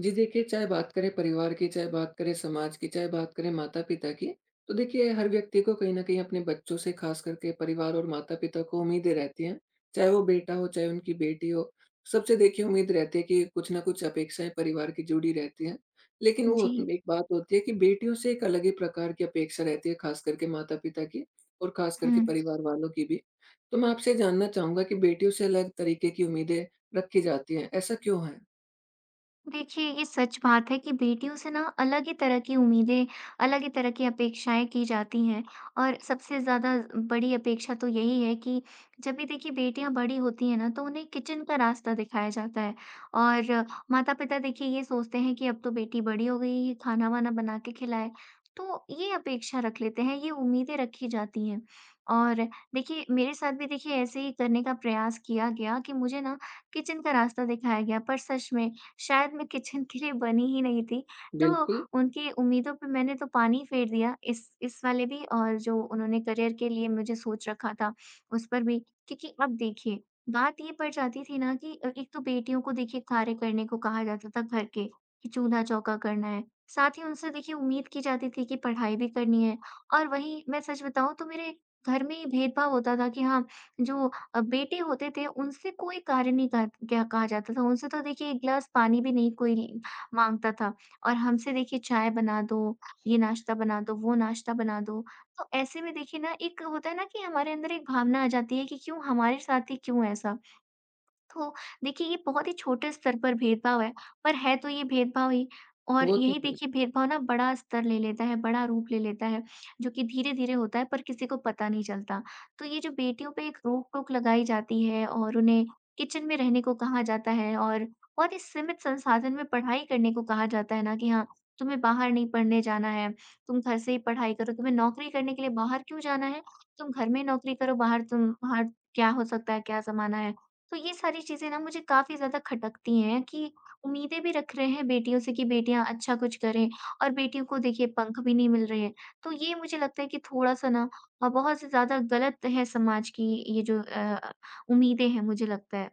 जी देखिए, चाहे बात करें परिवार की, चाहे बात करें समाज की, चाहे बात करें माता-पिता की, तो देखिए हर व्यक्ति को कहीं न कहीं अपने बच्चों से ख़ास करके परिवार और माता-पिता को उम्मीदें रहती हैं। चाहे वो बेटा हो, चाहे उनकी बेटी हो, सबसे देखिए उम्मीद रहती है कि कुछ न कुछ अपेक्षाएँ परिवार की जुड़ी रहती हैं। लेकिन जी, एक बात होती है कि बेटियों से एक अलग ही प्रकार की अपेक्षा रहती है, ख़ास करके माता-पिता की और ख़ास करके हुँ। परिवार वालों की भी। तो मैं आपसे जानना चाहूँगा कि बेटियों से अलग तरीके की उम्मीदें रखी जाती हैं, ऐसा क्यों है? देखिए, ये सच बात है कि बेटियों से ना अलग ही तरह की उम्मीदें, अलग ही तरह की अपेक्षाएँ की जाती हैं। और सबसे ज़्यादा बड़ी अपेक्षा तो यही है कि जब भी देखिए बेटियाँ बड़ी होती हैं ना तो उन्हें किचन का रास्ता दिखाया जाता है। और माता-पिता देखिए ये सोचते हैं कि अब तो बेटी बड़ी हो गई है, खाना-वाना बना के खिलाए। तो ये अपेक्षा रख लेते हैं, ये उम्मीदें रखी जाती हैं। और देखिए मेरे साथ भी देखिए ऐसे ही करने का प्रयास किया गया कि मुझे ना किचन का रास्ता दिखाया गया, पर सच में शायद मैं किचन के लिए बनी ही नहीं थी। तो बिल्कुल। उनकी उम्मीदों पे मैंने तो पानी फेर दिया, इस वाले भी, और जो उन्होंने करियर के लिए मुझे सोच रखा था उस पर भी। क्योंकि अब देखिए बात ये पड़ जाती थी ना कि एक तो बेटियों को देखिए कार्य करने को कहा जाता था घर के, कि चूल्हा-चौका करना है। साथ ही उनसे देखिए उम्मीद की जाती थी कि पढ़ाई भी करनी है। और वहीं मैं सच बताऊँ तो मेरे घर में ही भेदभाव होता था कि हाँ, जो बेटे होते थे उनसे कोई कार्य नहीं कहा, क्या कहा जाता था। उनसे तो देखिए 1 गिलास पानी भी नहीं कोई माँगता था, और हमसे देखिए चाय बना दो, ये नाश्ता बना दो, वो नाश्ता बना दो। तो ऐसे में देखिए ना एक होता है ना कि हमारे अंदर एक भावना आ जाती है कि क्यों हमारे साथ ही क्यों ऐसा? तो देखिए ये बहुत ही छोटे स्तर पर भेदभाव है, पर है तो ये भेदभाव ही। और वो यही तो है। देखिए भेदभाव ना बड़ा स्तर ले लेता है, बड़ा रूप ले लेता है, जो कि धीरे-धीरे होता है पर किसी को पता नहीं चलता। तो ये जो बेटियों पे एक रोक-टोक लगाई जाती है, और उन्हें किचन में रहने को कहा जाता है, और बहुत ही सीमित संसाधन में पढ़ाई करने को कहा जाता है ना कि हाँ, तुम्हें बाहर नहीं पढ़ने जाना है, तुम घर से ही पढ़ाई करो, तुम्हें नौकरी करने के लिए बाहर क्यों जाना है? तुम घर में ही नौकरी करो, बाहर तुम बाहर क्या हो सकता है, क्या ज़माना है। तो ये सारी चीज़ें ना मुझे काफ़ी ज़्यादा खटकती हैं कि उम्मीदें भी रख रहे हैं बेटियों से कि बेटियाँ अच्छा कुछ करें, और बेटियों को देखिए पंख भी नहीं मिल रहे हैं। तो ये मुझे लगता है कि थोड़ा-सा ना बहुत से ज़्यादा गलत है समाज की ये जो उम्मीदें हैं, मुझे लगता है।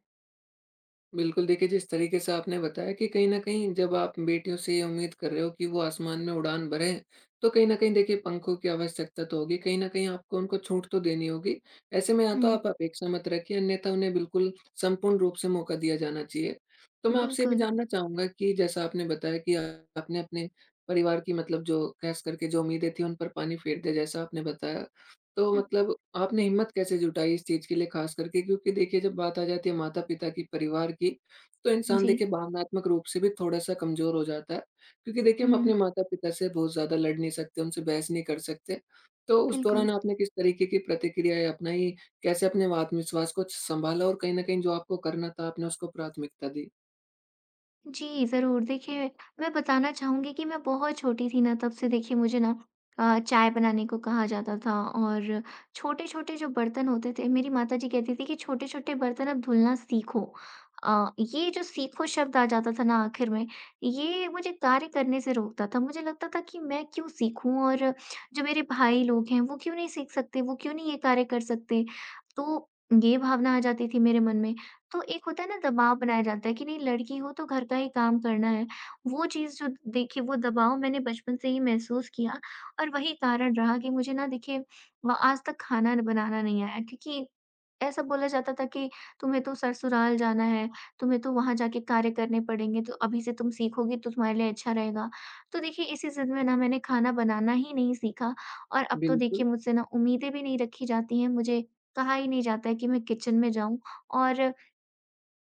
बिल्कुल देखिए, जिस तरीके से आपने बताया कि कहीं न कहीं जब आप बेटियों से ये उम्मीद कर रहे हो कि वो आसमान में उड़ान भरें, तो कहीं न कहीं देखिए पंखों की आवश्यकता तो होगी, कहीं न कहीं आपको उनको छूट तो देनी होगी। ऐसे में या तो हुँ, आप अपेक्षा मत रखिए अन्यथा उन्हें बिल्कुल संपूर्ण रूप से मौका दिया जाना चाहिए। तो मैं आपसे ये भी बिल्कुल। जानना चाहूँगा कि जैसा आपने बताया कि आपने अपने परिवार की मतलब जो ख़ास करके जो उम्मीदें थी उन पर पानी फेर दिया जैसा आपने बताया। तो हुँ, मतलब आपने हिम्मत कैसे जुटाई इस चीज़ के लिए ख़ास करके? क्योंकि देखिए जब बात आ जाती है माता-पिता की, परिवार की, तो इंसान जी। देखिए भावनात्मक रूप से भी थोड़ा-सा कमज़ोर हो जाता है। क्योंकि देखिए हम हुँ, अपने माता-पिता से बहुत ज़्यादा लड़ नहीं सकते, उनसे बहस नहीं कर सकते। तो उस बिल्कुल। दौरान आपने किस तरीके की प्रतिक्रियाएँ अपनाई? कैसे अपने आत्मविश्वास को संभाला और कहीं न कहीं जो आपको करना था आपने उसको प्राथमिकता दी? जी, ज़रूर। देखिए, मैं बताना चाहूँगी कि मैं बहुत छोटी थी ना, तब से देखिए मुझे ना चाय बनाने को कहा जाता था, और छोटे-छोटे जो बर्तन होते थे, मेरी माताजी कहती थी कि छोटे-छोटे बर्तन अब धुलना सीखो। ये जो सीखो शब्द आ जाता था ना आखिर में, ये मुझे कार्य करने से रोकता था। मुझे लगता था कि मैं क्यों सीखूँ, और जो मेरे भाई लोग हैं वो क्यों नहीं सीख सकते, वो क्यों नहीं ये कार्य कर सकते? तो ये भावना आ जाती थी मेरे मन में। तो एक होता है ना, दबाव बनाया जाता है कि नहीं लड़की हो तो घर का ही काम करना है। वो चीज़, जो देखिए वो दबाव मैंने बचपन से ही महसूस किया, और वही कारण रहा कि मुझे ना देखिए व आज तक खाना न बनाना नहीं आया, क्योंकि ऐसा बोला जाता था कि तुम्हें तो ससुराल जाना है, तुम्हें तो वहाँ जाके कार्य करने पड़ेंगे, तो अभी से तुम सीखोगी तो तुम्हारे लिए अच्छा रहेगा। तो देखिए इसी ज़िद में ना मैंने खाना बनाना ही नहीं सीखा। और अब तो बिल्कुल, देखिए मुझसे ना उम्मीदें भी नहीं रखी जाती हैं, मुझे कहा ही नहीं जाता है कि मैं किचन में जाऊँ। और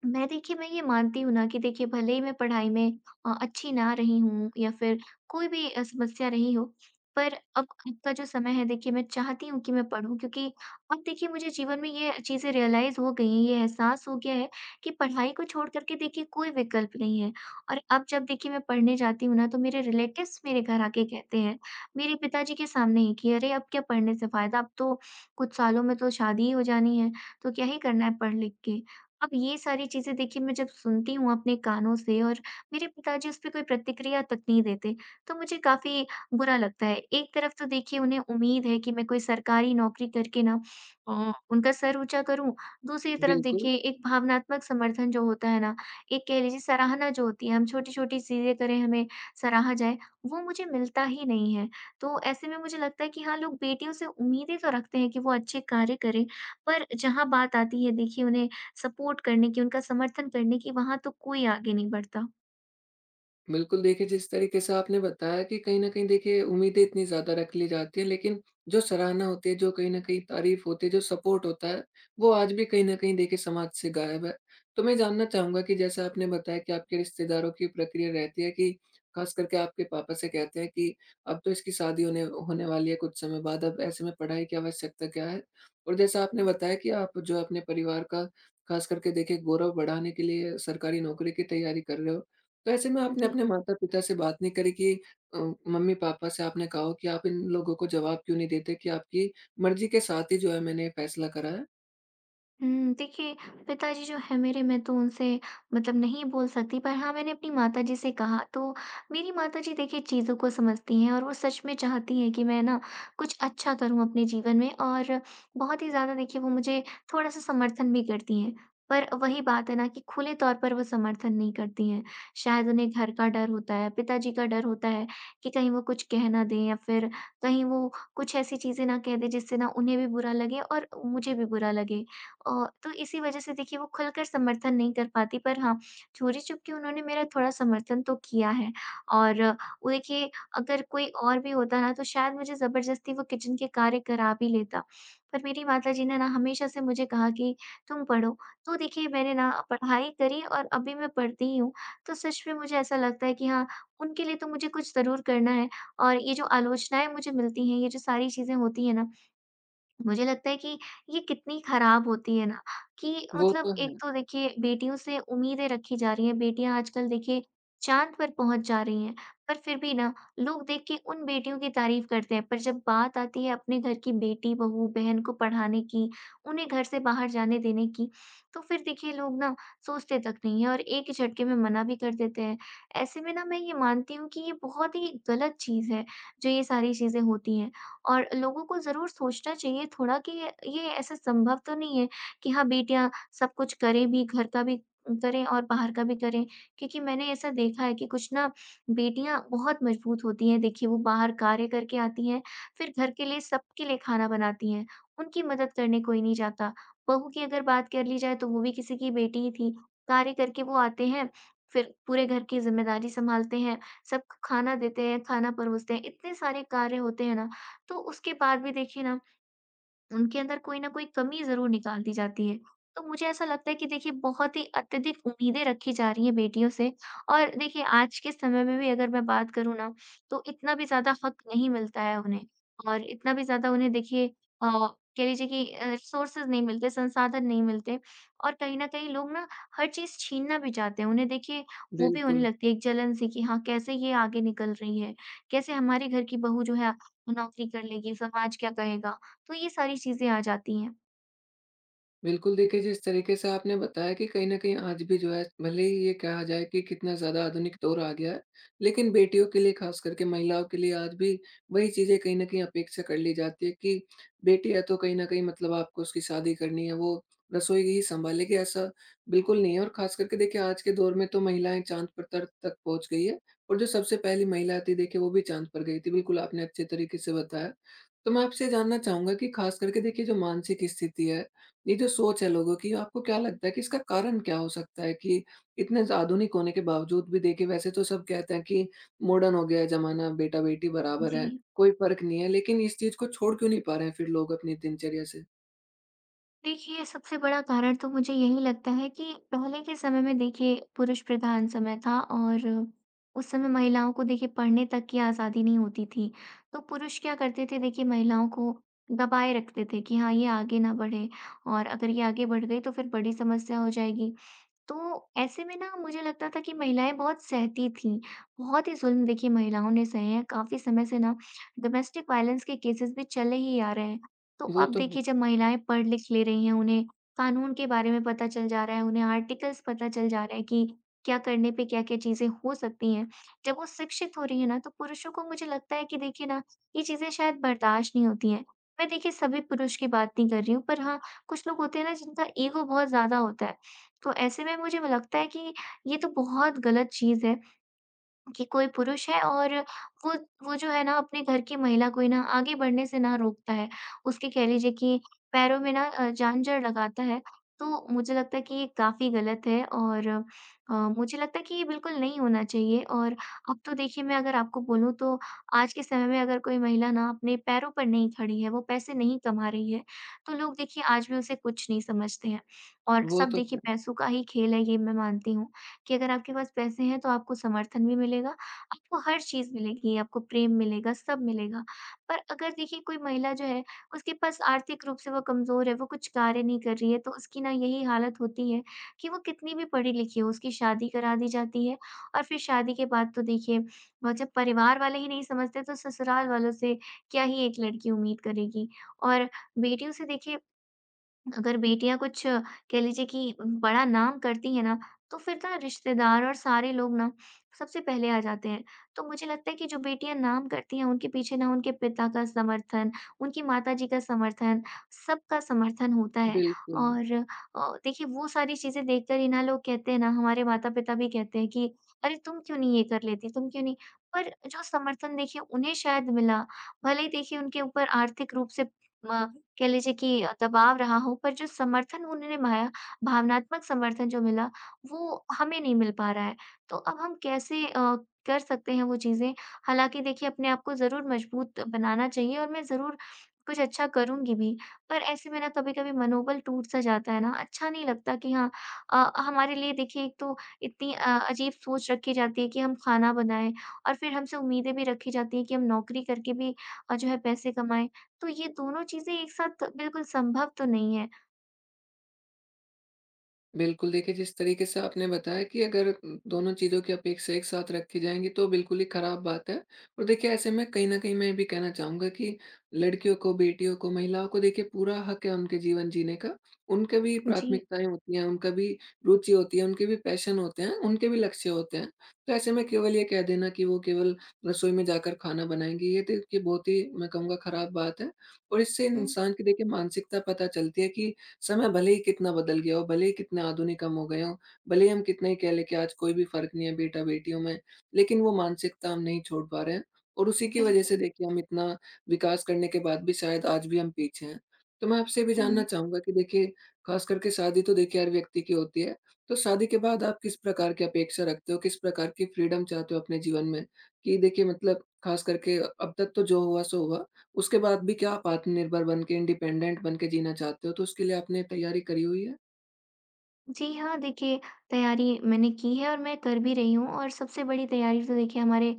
मैं देखिए, मैं ये मानती हूँ ना कि देखिए भले ही मैं पढ़ाई में अच्छी ना रही हूँ, या फिर कोई भी समस्या रही हो, पर अब का जो समय है, देखिए मैं चाहती हूँ कि मैं पढूँ, क्योंकि अब देखिए मुझे जीवन में ये चीज़ें रियलाइज़ हो गई हैं, ये एहसास हो गया है कि पढ़ाई को छोड़ कर के देखिए कोई विकल्प नहीं है। और अब जब देखिए मैं पढ़ने जाती हूँ ना, तो मेरे रिलेटिव्स मेरे घर आके कहते हैं, मेरे पिताजी के सामने ही, कि अरे! अब क्या पढ़ने से फ़ायदा, अब तो कुछ सालों में तो शादी ही हो जानी है, तो क्या ही करना है पढ़ लिख के। अब ये सारी चीज़ें देखिए मैं जब सुनती हूँ अपने कानों से, और मेरे पिताजी उस पे कोई प्रतिक्रिया तक नहीं देते, तो मुझे काफ़ी बुरा लगता है। एक तरफ तो देखिए उन्हें उम्मीद है कि मैं कोई सरकारी नौकरी करके ना उनका सर ऊँचा करूँ, दूसरी तरफ बिल्कुल। देखिए एक भावनात्मक समर्थन जो होता है ना, एक कह लीजिए सराहना जो होती है, हम छोटी-छोटी चीज़ें करें, हमें सराहा जाए, वो मुझे मिलता ही नहीं है। तो ऐसे में मुझे लगता है कि हाँ, लोग बेटियों से उम्मीदें तो रखते हैं कि वो अच्छे कार्य करें, पर जहाँ बात आती है देखिए उन्हें सपोर्ट करने की, उनका समर्थन करने की, वहाँ तो कोई आगे नहीं बढ़ता। बिल्कुल, देखिए जिस तरीके से आपने बताया कि कहीं न कहीं देखिए उम्मीदें इतनी ज़्यादा रख ली जाती हैं, लेकिन जो सराहना होती है, जो कहीं न कहीं तारीफ़ होती है, जो सपोर्ट होता है, वो आज भी कहीं न कहीं देखिए समाज से गायब है। तो मैं जानना चाहूँगा कि जैसे आपने बताया कि आपके रिश्तेदारों की प्रक्रिया रहती है कि ख़ास करके आपके पापा से कहते हैं कि अब तो इसकी शादी होने होने वाली है कुछ समय बाद, अब ऐसे में पढ़ाई की आवश्यकता क्या है? और जैसा आपने बताया कि आप जो अपने परिवार का ख़ास करके देखिए गौरव बढ़ाने के लिए सरकारी नौकरी की तैयारी कर रहे हो। तो ऐसे में आपने जी। अपने माता-पिता से बात नहीं करी कि अ, मम्मी-पापा से आपने कहा हो कि आप इन लोगों को जवाब क्यों नहीं देते कि आपकी मर्ज़ी के साथ ही जो है मैंने ये फैसला करा है? हुँ, देखिए, पिताजी जो हैं मेरे, मैं तो उनसे मतलब नहीं बोल सकती, पर हाँ, मैंने अपनी माताजी से कहा तो मेरी माताजी देखिए चीज़ों को समझती हैं, और वो सच में चाहती हैं कि मैं ना कुछ अच्छा करूँ अपने जीवन में, और बहुत ही ज़्यादा देखिए वो मुझे थोड़ा-सा समर्थन भी करती हैं। पर वही बात है ना कि खुले तौर पर वो समर्थन नहीं करती हैं। शायद उन्हें घर का डर होता है, पिताजी का डर होता है, कि कहीं वो कुछ कह ना दें, या फिर कहीं वो कुछ ऐसी चीज़ें ना कह दें जिससे ना उन्हें भी बुरा लगे और मुझे भी बुरा लगे। तो इसी वजह से देखिए वो खुलकर समर्थन नहीं कर पाती, पर हाँ, चोरी-चुपके उन्होंने मेरा थोड़ा समर्थन तो किया है। और वो देखिए, अगर कोई और भी होता ना तो शायद मुझे ज़बरदस्ती वो किचन के कार्य करा भी लेता। पर मेरी माताजी ने ना हमेशा से मुझे कहा कि तुम पढ़ो, तो देखिए मैंने ना पढ़ाई करी, और अभी मैं पढ़ती ही हूँ। तो सच में मुझे ऐसा लगता है कि हाँ, उनके लिए तो मुझे कुछ ज़रूर करना है। और ये जो आलोचनाएँ मुझे मिलती हैं, ये जो सारी चीज़ें होती हैं ना, मुझे लगता है कि ये कितनी खराब होती है ना, कि वो मतलब तो एक है। तो देखिए बेटियों से उम्मीदें रखी जा रही हैं, बेटियां आजकल देखिए चाँद पर पहुँच जा रही हैं, पर फिर भी ना लोग देख के उन बेटियों की तारीफ़ करते हैं, पर जब बात आती है अपने घर की बेटी, बहू, बहन को पढ़ाने की, उन्हें घर से बाहर जाने देने की, तो फिर देखिए लोग ना सोचते तक नहीं हैं, और एक ही झटके में मना भी कर देते हैं। ऐसे में ना मैं ये मानती हूँ कि ये बहुत ही गलत चीज़ है, जो ये सारी चीज़ें होती हैं। और लोगों को ज़रूर सोचना चाहिए थोड़ा कि ये ऐसा संभव तो नहीं है कि हाँ, बेटियाँ सब कुछ करें भी, घर का भी करें और बाहर का भी करें। क्योंकि मैंने ऐसा देखा है कि कुछ ना बेटियाँ बहुत मजबूत होती हैं, देखिए वो बाहर कार्य करके आती हैं, फिर घर के लिए सबके लिए खाना बनाती हैं, उनकी मदद करने कोई नहीं जाता। बहू की अगर बात कर ली जाए, तो वो भी किसी की बेटी ही थी, कार्य करके वो आते हैं, फिर पूरे घर की ज़िम्मेदारी सँभालते हैं, सबको खाना देते हैं, खाना परोसते हैं, इतने सारे कार्य होते हैं ना, तो उसके बाद भी देखिए ना उनके अंदर कोई न कोई कमी ज़रूर निकाल दी जाती है। तो मुझे ऐसा लगता है कि देखिए बहुत ही अत्यधिक उम्मीदें रखी जा रही हैं बेटियों से, और देखिए आज के समय में भी अगर मैं बात करूँ ना, तो इतना भी ज़्यादा हक नहीं मिलता है उन्हें, और इतना भी ज़्यादा उन्हें देखिए अ, कह लीजिए कि रिसोर्सेज़ नहीं मिलते, संसाधन नहीं मिलते, और कहीं न कहीं लोग ना हर चीज़ छीनना भी चाहते हैं। उन्हें देखिए वो भी होने बिल्कुल। लगती है एक जलन सी कि हाँ, कैसे ये आगे निकल रही है? कैसे हमारे घर की बहू जो है नौकरी कर लेगी, समाज क्या कहेगा? तो ये सारी चीज़ें आ जाती हैं। बिल्कुल, देखिए जिस तरीके से आपने बताया कि कहीं न कहीं आज भी जो है भले ही ये कहा जाए कि कितना ज़्यादा आधुनिक दौर आ गया है, लेकिन बेटियों के लिए ख़ास करके महिलाओं के लिए आज भी वही चीज़ें कहीं न कहीं अपेक्षा कर ली जाती है कि बेटी है तो कहीं न कहीं मतलब आपको उसकी शादी करनी है, वो रसोई ही सँभालेगी ऐसा बिल्कुल नहीं है और ख़ास करके देखिए आज के दौर में तो महिलाएँ चाँद पर तर तक पहुँच गई है और जो सबसे पहली महिला थी देखिए वो भी चाँद पर गई थी। बिल्कुल आपने अच्छे तरीके से बताया। तो मैं आपसे जानना चाहूँगा कि ख़ास करके देखिए जो मानसिक स्थिति है, ये जो सोच है लोगों की, आपको क्या लगता है कि इसका कारण क्या हो सकता है कि इतने आधुनिक होने के बावजूद भी देखिए वैसे तो सब कहते हैं कि मॉडर्न हो गया है ज़माना, बेटा-बेटी बराबर जी। है, कोई फ़र्क नहीं है, लेकिन इस चीज़ को छोड़ क्यों नहीं पा रहे हैं फिर लोग अपनी दिनचर्या से? देखिए, सबसे बड़ा कारण तो मुझे यही लगता है कि पहले के समय में देखिए पुरुष प्रधान समय था, और उस समय महिलाओं को देखिए पढ़ने तक की आज़ादी नहीं होती थी। तो पुरुष क्या करते थे? देखिए महिलाओं को दबाए रखते थे कि हाँ, ये आगे ना बढ़े, और अगर ये आगे बढ़ गई तो फिर बड़ी समस्या हो जाएगी। तो ऐसे में ना, मुझे लगता था कि महिलाएं बहुत सहती थीं, बहुत ही ज़ुल्म देखिए महिलाओं ने सहे हैं। काफ़ी समय से ना डोमेस्टिक वायलेंस के केसेस भी चले ही आ रहे हैं। तो वो अब तो है, देखिए, जब महिलाएं पढ़ लिख ले रही हैं, उन्हें कानून के बारे में पता चल जा रहा है, उन्हें आर्टिकल्स पता चल जा रहा है कि क्या करने पे क्या-क्या चीज़ें हो सकती हैं। जब वो शिक्षित हो रही हैं ना, तो पुरुषों को मुझे लगता है कि देखिए ना, ये चीज़ें शायद बर्दाश्त नहीं होती हैं। मैं देखिए सभी पुरुष की बात नहीं कर रही हूँ, पर हाँ, कुछ लोग होते हैं ना जिनका ईगो बहुत ज़्यादा होता है। तो ऐसे में मुझे लगता है कि ये तो बहुत गलत चीज़ है। कि कोई पुरुष है और वो वो जो है ना, अपने घर की महिला को ही ना आगे बढ़ने से ना रोकता है। उसके कह लीजिए कि पैरों में ना जानजड़ लगाता है। तो मुझे लगता है कि ये काफ़ी गलत है, और मुझे लगता है कि ये बिल्कुल नहीं होना चाहिए। और अब तो देखिए, मैं अगर आपको बोलूँ तो आज के समय में अगर कोई महिला ना अपने पैरों पर नहीं खड़ी है, वो पैसे नहीं कमा रही है, तो लोग देखिए आज भी उसे कुछ नहीं समझते हैं। और वो सब तो देखिए है। पैसों का ही खेल है, ये मैं मानती हूँ। कि अगर आपके पास पैसे हैं तो आपको समर्थन भी मिलेगा, आपको हर चीज़ मिलेगी, आपको प्रेम मिलेगा, सब मिलेगा। पर अगर देखिए कोई महिला जो है, उसके पास आर्थिक रूप से वो कमज़ोर है, वो कुछ कार्य नहीं कर रही है, तो उसकी ना यही हालत होती है कि वो कितनी भी पढ़ी-लिखी हो, उसकी शादी करा दी जाती है। और फिर शादी के बाद तो देखिए, वो जब परिवार वाले ही नहीं समझते तो ससुराल वालों से क्या ही एक लड़की उम्मीद करेगी। और बेटियों से देखिए, अगर बेटियाँ कुछ कह लीजिए कि बड़ा नाम करती हैं ना, तो फिर ना रिश्तेदार और सारे लोग ना सबसे पहले आ जाते हैं। तो मुझे लगता है कि जो बेटियाँ नाम करती हैं, उनके पीछे ना उनके पिता का समर्थन, उनकी माताजी का समर्थन, सबका समर्थन होता है। बिल्कुल। और देखिए वो सारी चीज़ें देखकर ही ना लोग कहते हैं ना, हमारे माता-पिता भी कहते हैं कि अरे, तुम क्यों नहीं ये कर लेती, तुम क्यों नहीं। पर जो समर्थन देखिए उन्हें शायद मिला, भले ही देखिए उनके ऊपर आर्थिक रूप से म कह लीजिए कि दबाव रहा हो, पर जो समर्थन उन्होंने माया, भावनात्मक समर्थन जो मिला, वो हमें नहीं मिल पा रहा है। तो अब हम कैसे कर सकते हैं वो चीज़ें? हालाँकि देखिए अपने आप को ज़रूर मजबूत बनाना चाहिए, और मैं ज़रूर कुछ अच्छा करूँगी भी, पर ऐसे में ना कभी-कभी मनोबल टूट-सा जाता है ना, अच्छा नहीं लगता कि हाँ, हमारे लिए देखिए एक तो इतनी अजीब सोच रखी जाती है कि हम खाना बनाएँ, और फिर हमसे उम्मीदें भी रखी जाती हैं कि हम नौकरी करके भी जो है पैसे कमाएँ। तो ये दोनों चीज़ें एक साथ बिल्कुल संभव तो नहीं है। बिल्कुल, देखिए जिस तरीके से आपने बताया कि अगर दोनों चीज़ों की अपेक्षा एक साथ रखी जाएँगी तो बिल्कुल ही खराब बात है। और देखिए ऐसे में कहीं न कहीं मैं ये भी कहना चाहूँगा कि लड़कियों को, बेटियों को, महिलाओं को देखिए पूरा हक है उनके जीवन जीने का। उनके भी जी। प्राथमिकताएँ होती हैं, उनका भी रुचि होती है, उनके भी पैशन होते हैं, उनके भी लक्ष्य होते हैं। तो ऐसे में केवल ये कह देना कि वो केवल रसोई में जाकर खाना बनाएँगी, ये तो देखिए बहुत ही मैं कहूँगा खराब बात है। और इससे हुँ, इंसान की देखिए मानसिकता पता चलती है कि समय भले ही कितना बदल गया हो, भले ही कितने आधुनिक हम हो गए हों, भले ही हम कितना ही कह लें कि आज कोई भी फ़र्क नहीं है बेटा-बेटियों में, लेकिन वो मानसिकता हम नहीं छोड़ पा रहे हैं और उसी की वजह से बिल्कुल। देखिए हम इतना विकास करने के बाद भी शायद आज भी हम पीछे हैं। तो मैं आपसे ये भी जानना हुँ। चाहूँगा कि देखिए ख़ास करके शादी तो देखिए हर व्यक्ति की होती है, तो शादी के बाद आप किस प्रकार की अपेक्षा रखते हो, किस प्रकार की फ्रीडम चाहते हो अपने जीवन में? कि देखिए मतलब ख़ास करके अब तक तो जो हुआ सो हुआ, उसके बाद भी क्या आप आत्मनिर्भर बन के, इंडिपेंडेंट बन के जीना चाहते हो, तो उसके लिए आपने तैयारी करी हुई है? जी हाँ, देखिए, तैयारी मैंने की है और मैं कर भी रही हूँ, और सबसे बड़ी तैयारी तो देखिए हमारे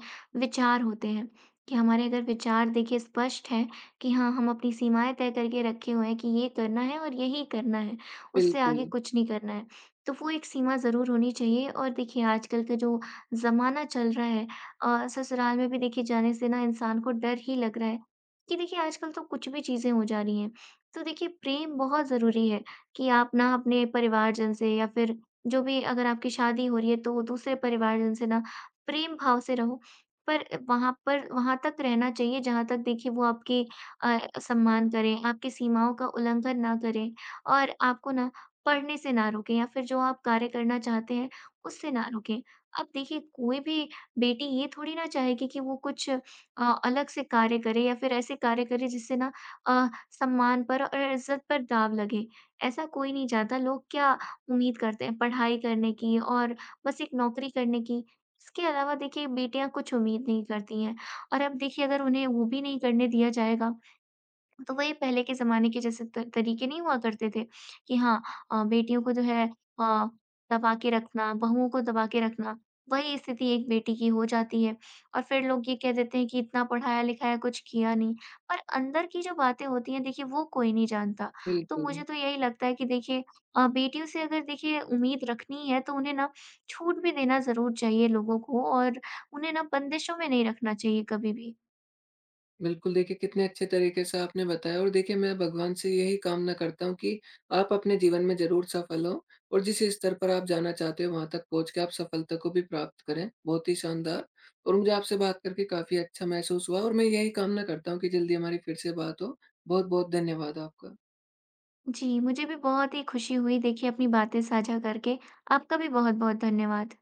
विचार होते हैं। कि हमारे अगर विचार देखिए स्पष्ट हैं कि हाँ, हम अपनी सीमाएँ तय करके रखे हुए हैं कि ये करना है और यही करना है, उससे बिल्कुल, आगे कुछ नहीं करना है। तो वो एक सीमा ज़रूर होनी चाहिए। और देखिए आजकल का जो ज़माना चल रहा है, ससुराल में भी देखिए जाने से ना इंसान को डर ही लग रहा है, कि देखिए आजकल तो कुछ भी चीज़ें हो जा रही हैं। तो देखिए प्रेम बहुत ज़रूरी है कि आप ना अपने परिवारजन से या फिर जो भी अगर आपकी शादी हो रही है तो दूसरे परिवारजन से ना प्रेम भाव से रहो। पर वहाँ पर, वहाँ तक रहना चाहिए जहाँ तक देखिए वो आपकी सम्मान करें, आपकी सीमाओं का उल्लंघन ना करें, और आपको ना पढ़ने से ना रोकें, या फिर जो आप कार्य करना चाहते हैं उससे ना रोकें। अब देखिए कोई भी बेटी ये थोड़ी ना चाहेगी कि वो कुछ अलग से कार्य करे, या फिर ऐसे कार्य करे जिससे ना अ, सम्मान पर और इज़्ज़त पर दाँव लगे। ऐसा कोई नहीं चाहता। लोग क्या उम्मीद करते हैं? पढ़ाई करने की, और बस एक नौकरी करने की। इसके अलावा देखिए बेटियाँ कुछ उम्मीद नहीं करती हैं। और अब देखिए अगर उन्हें वो भी नहीं करने दिया जाएगा, तो वही पहले के ज़माने के जैसे त तरीके नहीं हुआ करते थे कि हाँ, बेटियों को जो है अ, दबा के रखना, बहुओं को दबा के रखना, वही स्थिति एक बेटी की हो जाती है। और फिर लोग ये कह देते हैं कि इतना पढ़ाया-लिखाया, कुछ किया नहीं। पर अंदर की जो बातें होती हैं देखिए, वो कोई नहीं जानता। तो बिल्कुल। मुझे तो यही लगता है कि देखिए बेटियों से अगर देखिए उम्मीद रखनी है, तो उन्हें ना छूट भी देना ज़रूर चाहिए लोगों को, और उन्हें ना बंदिशों में नहीं रखना चाहिए कभी भी। बिल्कुल, देखिए कितने अच्छे तरीके से आपने बताया और देखिए मैं भगवान से यही कामना करता हूँ कि आप अपने जीवन में ज़रूर सफल हों और जिस स्तर पर आप जाना चाहते हो वहाँ तक पहुँच के आप सफलता को भी प्राप्त करें। बहुत ही शानदार और मुझे आपसे बात करके काफ़ी अच्छा महसूस हुआ और मैं यही कामना करता हूँ कि जल्दी हमारी फिर से बात हो। बहुत-बहुत धन्यवाद आपका। जी, मुझे भी बहुत ही खुशी हुई देखिए अपनी बातें साझा करके। आपका भी बहुत-बहुत धन्यवाद।